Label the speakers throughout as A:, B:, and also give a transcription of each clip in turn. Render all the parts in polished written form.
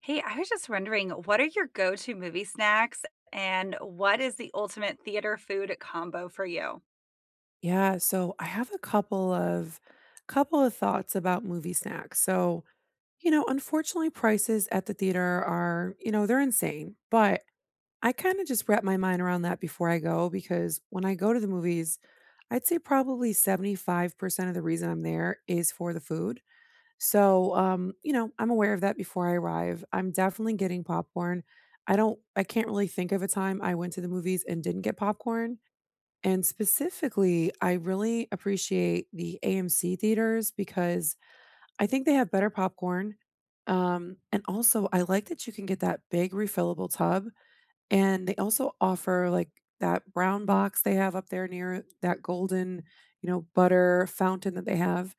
A: Hey, I was just wondering, what are your go-to movie snacks and what is the ultimate theater food combo for you?
B: Yeah, so I have a couple of thoughts about movie snacks. So, unfortunately prices at the theater are, they're insane, but I kind of just wrap my mind around that before I go because when I go to the movies, I'd say probably 75% of the reason I'm there is for the food. So, I'm aware of that before I arrive. I'm definitely getting popcorn. I can't really think of a time I went to the movies and didn't get popcorn. And specifically, I really appreciate the AMC theaters because I think they have better popcorn. And also, I like that you can get that big refillable tub. And they also offer like that brown box they have up there near that golden, butter fountain that they have.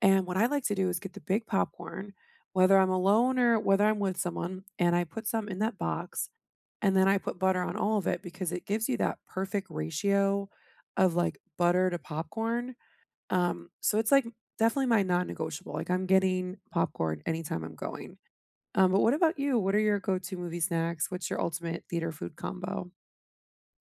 B: And what I like to do is get the big popcorn, whether I'm alone or whether I'm with someone, and I put some in that box. And then I put butter on all of it because it gives you that perfect ratio of, like, butter to popcorn. So it's, like, definitely my non-negotiable. Like, I'm getting popcorn anytime I'm going. But what about you? What are your go-to movie snacks? What's your ultimate theater food combo?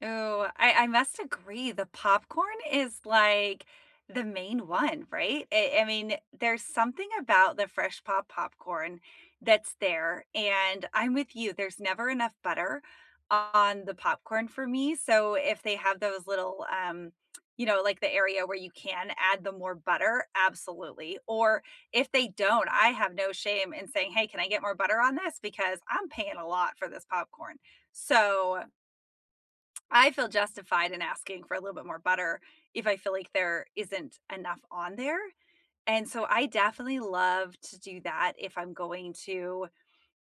A: Oh, I must agree. The popcorn is like the main one, right? I mean, there's something about the fresh popcorn that's there. And I'm with you. There's never enough butter on the popcorn for me. So if they have those little like the area where you can add the more butter, absolutely. Or if they don't, I have no shame in saying, "Hey, can I get more butter on this?" because I'm paying a lot for this popcorn. So, I feel justified in asking for a little bit more butter if I feel like there isn't enough on there, and so I definitely love to do that if I'm going to,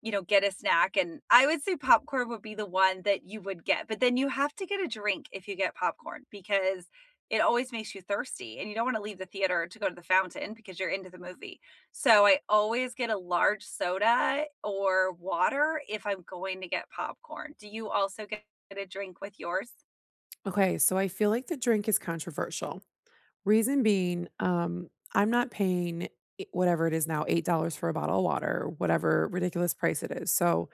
A: get a snack, and I would say popcorn would be the one that you would get, but then you have to get a drink if you get popcorn because it always makes you thirsty, and you don't wanna leave the theater to go to the fountain because you're into the movie, so I always get a large soda or water if I'm going to get popcorn. Do you also get a drink with yours?
B: Okay, so I feel like the drink is controversial. Reason being, I'm not paying I whatever it is now, $8 for a bottle of water, whatever ridiculous price it is. So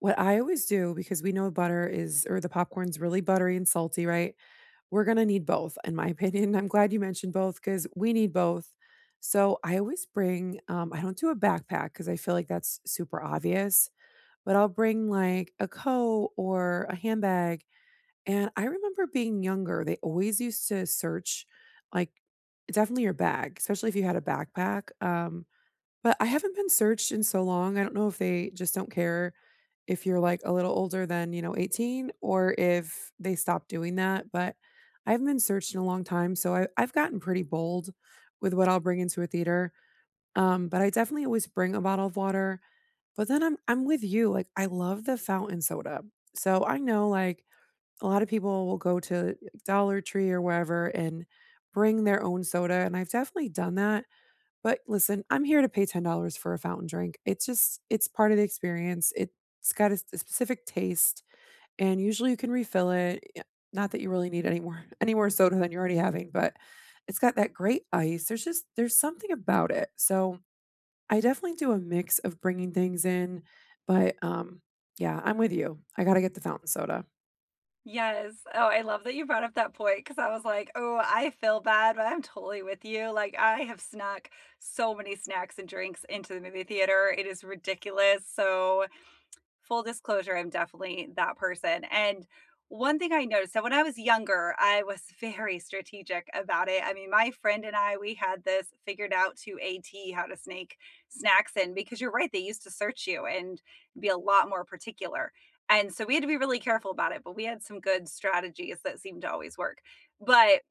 B: what I always do, because we know butter is or the popcorn's really buttery and salty, right? We're gonna need both, in my opinion. I'm glad you mentioned both because we need both. So I always bring, I don't do a backpack because I feel like that's super obvious, but I'll bring like a coat or a handbag. And I remember being younger, they always used to search like definitely your bag, especially if you had a backpack. But I haven't been searched in so long. I don't know if they just don't care if you're, like, a little older than, 18 or if they stopped doing that, but I haven't been searched in a long time, so I've gotten pretty bold with what I'll bring into a theater, but I definitely always bring a bottle of water, but then I'm with you, like, I love the fountain soda. So I know, like, a lot of people will go to Dollar Tree or wherever and bring their own soda, and I've definitely done that, but listen, I'm here to pay $10 for a fountain drink. It's part of the experience. It's got a, a specific taste, and usually you can refill it. Not that you really need any more any more soda than you're already having, but it's got that great ice. There's something about it. So I definitely do a mix of bringing things in, but yeah, I'm with you. I gotta get the fountain soda.
A: Yes. Oh, I love that you brought up that point because I was like, oh, I feel bad, but I'm totally with you. Like, I have snuck so many snacks and drinks into the movie theater. It is ridiculous. So, full disclosure, I'm definitely that person, and one thing I noticed, so when I was younger, I was very strategic about it. I mean, my friend and I, we had this figured out to a T how to snake snacks in because you're right, they used to search you and be a lot more particular, and so we had to be really careful about it, but we had some good strategies that seemed to always work. But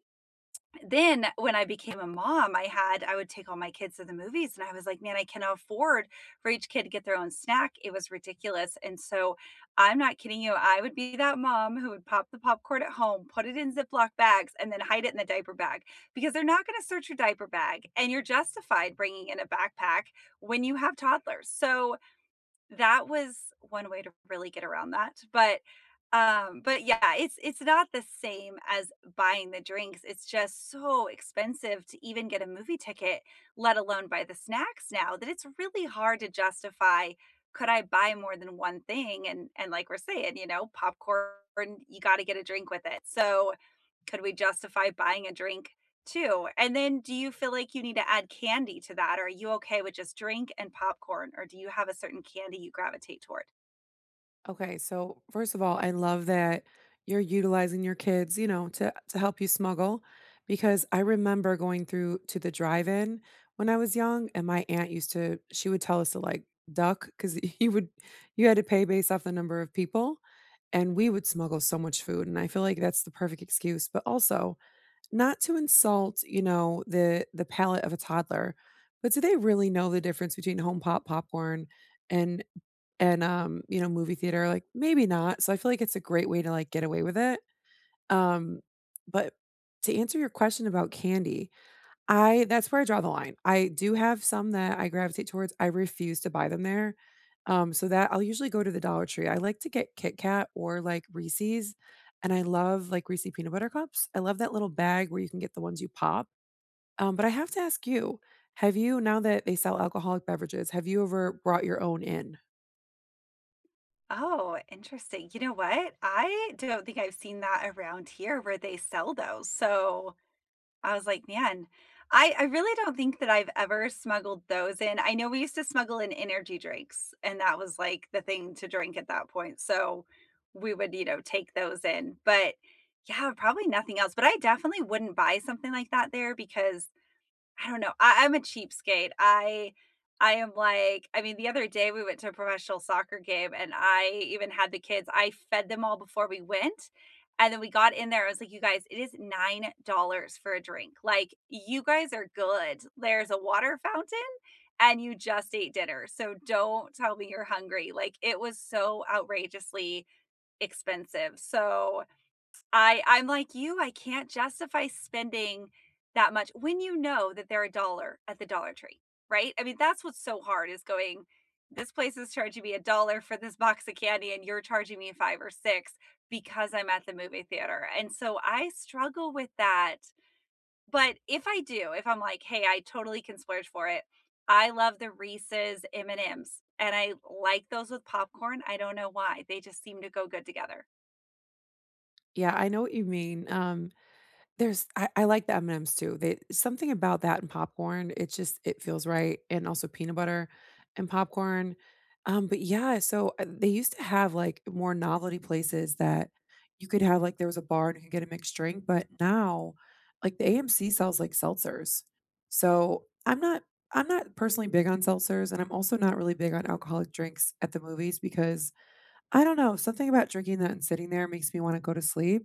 A: then when I became a mom, I would take all my kids to the movies, and I was like, "Man, I cannot afford for each kid to get their own snack." It was ridiculous, and so I'm not kidding you, I would be that mom who would pop the popcorn at home, put it in Ziploc bags, and then hide it in the diaper bag, because they're not gonna search your diaper bag, and you're justified bringing in a backpack when you have toddlers, so that was one way to really get around that. But, but yeah, it's not the same as buying the drinks, it's just so expensive to even get a movie ticket, let alone buy the snacks now that it's really hard to justify, could I buy more than one thing? And like we're saying, popcorn, you gotta get a drink with it. So, could we justify buying a drink too, and then do you feel like you need to add candy to that? Or are you okay with just drink and popcorn, or do you have a certain candy you gravitate toward?
B: Okay, so first of all, I love that you're utilizing your kids, to help you smuggle because I remember going through to the drive-in when I was young and my aunt used to she would tell us to like duck cuz you would you had to pay based off the number of people and we would smuggle so much food and I feel like that's the perfect excuse, but also not to insult, the palate of a toddler. But do they really know the difference between home pop popcorn and movie theater, like, maybe not. So I feel like it's a great way to, like, get away with it. Um, but to answer your question about candy, I that's where I draw the line. I do have some that I gravitate towards. I refuse to buy them there. So that I'll usually go to the Dollar Tree. I like to get Kit Kat or, like, Reese's, and I love, like, Reese's peanut butter cups. I love that little bag where you can get the ones you pop. But I have to ask you, have you now that they sell alcoholic beverages, have you ever brought your own in?
A: Oh, interesting. You know what? I don't think I've seen that around here where they sell those, so I was like, "Man, I really don't think that I've ever smuggled those in." I know we used to smuggle in energy drinks, and that was, like, the thing to drink at that point, so we would, take those in, but yeah, probably nothing else, but I definitely wouldn't buy something like that there because I don't know. I'm a cheapskate. I am, like, I mean, the other day we went to a professional soccer game and I even had the kids, I fed them all before we went, and then we got in there, I was like, "You guys, it is $9 for a drink. Like, you guys are good. There's a water fountain, and you just ate dinner, so don't tell me you're hungry." Like, it was so outrageously expensive. So I'm like you, I can't justify spending that much when you know that they're a dollar at the Dollar Tree, right? I mean, that's what's so hard is going, "This place is charging me a dollar for this box of candy, and you're charging me 5 or 6 because I'm at the movie theater," and so I struggle with that, but if I do, if I'm like, "Hey, I totally can splurge for it," I love the Reese's M&Ms, and I like those with popcorn, I don't know why, they just seem to go good together.
B: Yeah, I know what you mean. There's I like the M&Ms too. They something about that and popcorn, it feels right, and also peanut butter and popcorn. They used to have, like, more novelty places that you could have like, there was a bar and you could get a mixed drink, but now, like, the AMC sells, like, seltzers. So, I'm not personally big on seltzers, and I'm also not really big on alcoholic drinks at the movies because I don't know, something about drinking that and sitting there makes me wanna go to sleep,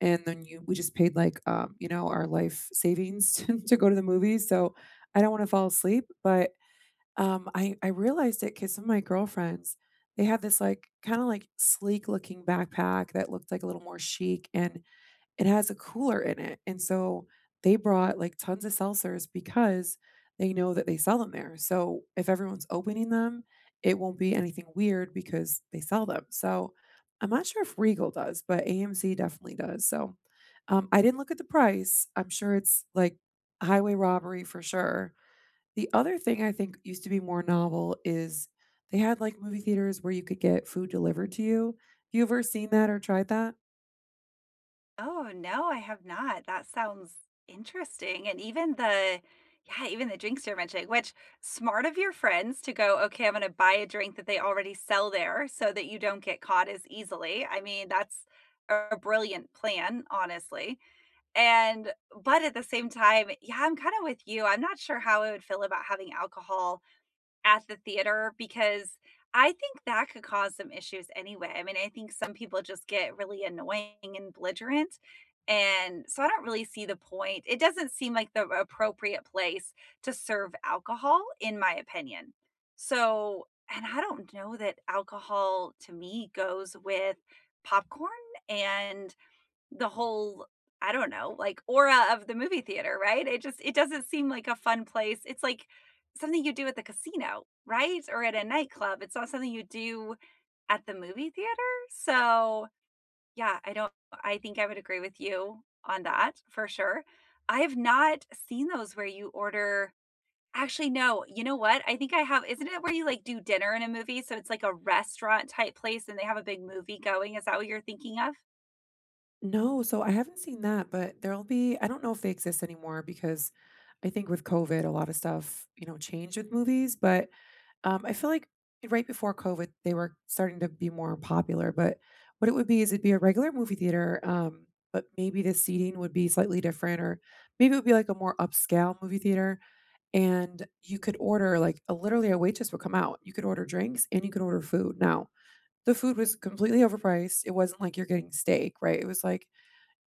B: and then you we just paid, like, our life savings to go to the movies, so I don't wanna fall asleep, but, I realized it because some of my girlfriends, they had this, like, kinda, like, sleek looking backpack that looked, like, a little more chic, and it has a cooler in it, and so they brought, like, tons of seltzers because they know that they sell them there, so if everyone's opening them, it won't be anything weird because they sell them, so I'm not sure if Regal does, but AMC definitely does, so, I didn't look at the price. I'm sure it's, like, highway robbery for sure. The other thing I think used to be more novel is they had, like, movie theaters where you could get food delivered to you. You ever seen that or tried that?
A: Oh, no, I have not. That sounds interesting, and even the yeah, even the drinks you're mentioning, which smart of your friends to go, "Okay, I'm gonna buy a drink that they already sell there so that you don't get caught as easily." I mean, that's a brilliant plan, honestly, and but at the same time, yeah, I'm kinda with you, I'm not sure how I would feel about having alcohol at the theater because I think that could cause some issues anyway. I mean, I think some people just get really annoying and belligerent. And so I don't really see the point. It doesn't seem like the appropriate place to serve alcohol, in my opinion. So, and I don't know that alcohol to me goes with popcorn and the whole, I don't know, like, aura of the movie theater, right? It doesn't seem like a fun place. It's like something you do at the casino, right? Or at a nightclub. It's not something you do at the movie theater. So, yeah, I don't I think I would agree with you on that for sure. I have not seen those where you order. Actually, no. You know what? I think I have. Isn't it where you, like, do dinner in a movie? So it's like a restaurant type place and they have a big movie going. Is that what you're thinking of?
B: No, so I haven't seen that, but there'll be I don't know if they exist anymore because I think with COVID, a lot of stuff, changed with movies, but I feel like right before COVID, they were starting to be more popular, but what it would be is it'd be a regular movie theater, but maybe the seating would be slightly different, or maybe it would be like a more upscale movie theater. And you could order, like, a, literally, a waitress would come out. You could order drinks and you could order food. Now, the food was completely overpriced. It wasn't like you're getting steak, right? It was like,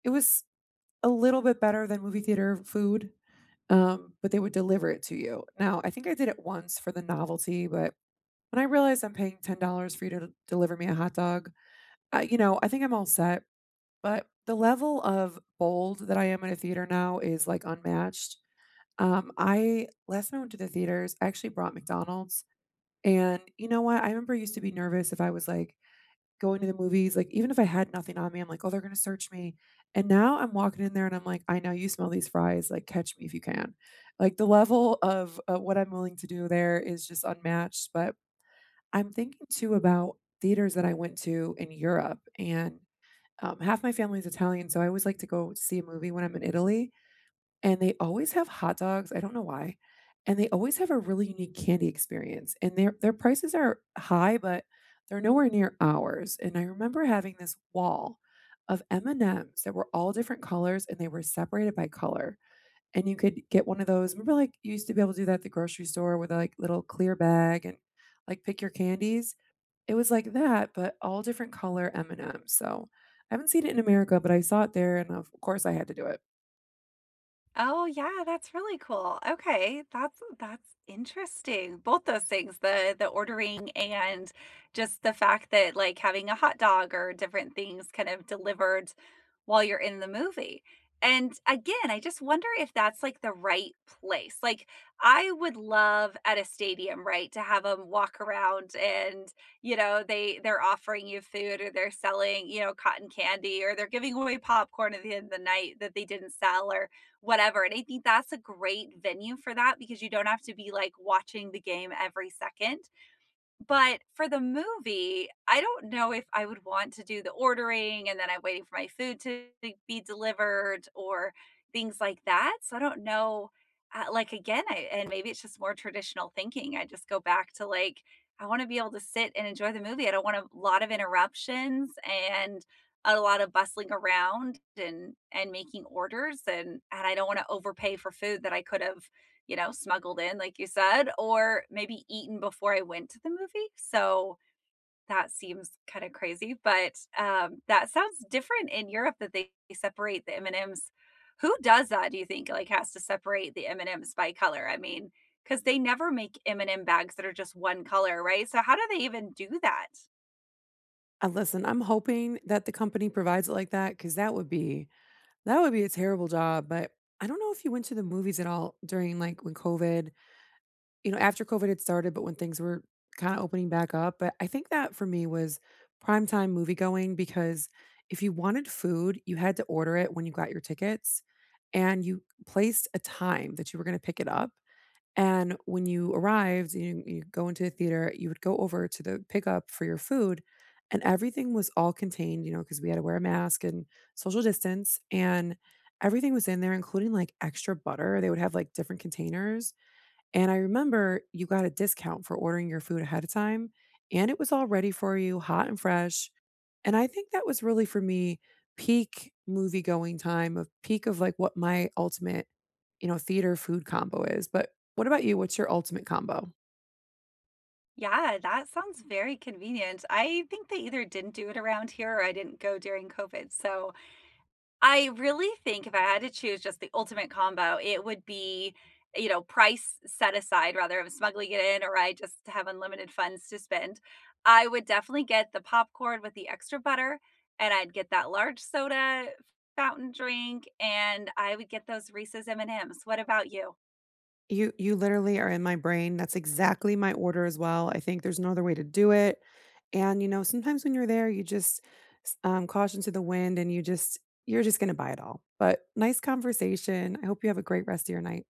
B: it was a little bit better than movie theater food, but they would deliver it to you. Now, I think I did it once for the novelty, but when I realize I'm paying $10 for you to deliver me a hot dog, I think I'm all set, but the level of bold that I am in a theater now is, like, unmatched. I Last time I went to the theaters, I actually brought McDonald's, and you know what? I remember I used to be nervous if I was, like, going to the movies, like, even if I had nothing on me, I'm like, "Oh, they're gonna search me," and now I'm walking in there and I'm like, "I know you smell these fries, like, catch me if you can." Like, the level of, what I'm willing to do there is just unmatched, but I'm thinking too about theaters that I went to in Europe, and, half my family's Italian, so I always like to go see a movie when I'm in Italy, and they always have hot dogs, I don't know why, and they always have a really unique candy experience, and their prices are high, but they're nowhere near ours, and I remember having this wall of M&Ms that were all different colors, and they were separated by color, and you could get one of those remember, like, you used to be able to do that at the grocery store with, a like, little clear bag and, like, pick your candies? It was like that, but all different color M&Ms, so I haven't seen it in America, but I saw it there, and of course I had to do it.
A: Oh, yeah, that's really cool. Okay, that's interesting. Both those things, the ordering and just the fact that like having a hot dog or different things kind of delivered while you're in the movie. And again, I just wonder if that's like the right place. Like I would love at a stadium, right, to have them walk around and, they're offering you food or they're selling, cotton candy or they're giving away popcorn at the end of the night that they didn't sell or whatever. And I think that's a great venue for that because you don't have to be like watching the game every second. But for the movie, I don't know if I would want to do the ordering and then I'm waiting for my food to be delivered or things like that. So I don't know. Like again, and maybe it's just more traditional thinking. I just go back to, like, I want to be able to sit and enjoy the movie. I don't want a lot of interruptions and a lot of bustling around and making orders and I don't want to overpay for food that I could have, smuggled in, like you said, or maybe eaten before I went to the movie. So that seems kind of crazy, but that sounds different in Europe that they separate the M and M's. Who does that? Do you think like has to separate the M and M's by color? I mean, because they never make M and M bags that are just one color, right? So how do they even do that?
B: Listen, I'm hoping that the company provides it like that, because that would be a terrible job, but I don't know if you went to the movies at all during, like, when COVID after COVID had started, but when things were kinda opening back up, but I think that for me was primetime movie going because if you wanted food, you had to order it when you got your tickets, and you placed a time that you were gonna pick it up. And when you arrived, you go into the theater, you would go over to the pickup for your food, and everything was all contained, because we had to wear a mask and social distance, and everything was in there, including, like, extra butter. They would have, like, different containers, and I remember you got a discount for ordering your food ahead of time, and it was all ready for you, hot and fresh, and I think that was really for me peak movie going time of peak of like what my ultimate, theater food combo is. But what about you? What's your ultimate combo?
A: Yeah, that sounds very convenient. I think they either didn't do it around here or I didn't go during COVID. So I really think if I had to choose just the ultimate combo, it would be, price set aside, rather I'm smuggling it in or I just have unlimited funds to spend. I would definitely get the popcorn with the extra butter, and I'd get that large soda, fountain drink, and I would get those Reese's M&Ms. What about you?
B: You literally are in my brain. That's exactly my order as well. I think there's no other way to do it. And you know, sometimes when you're there, you just caution to the wind, and you're just gonna buy it all. But nice conversation. I hope you have a great rest of your night.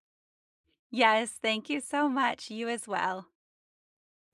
A: Yes, thank you so much. You as well.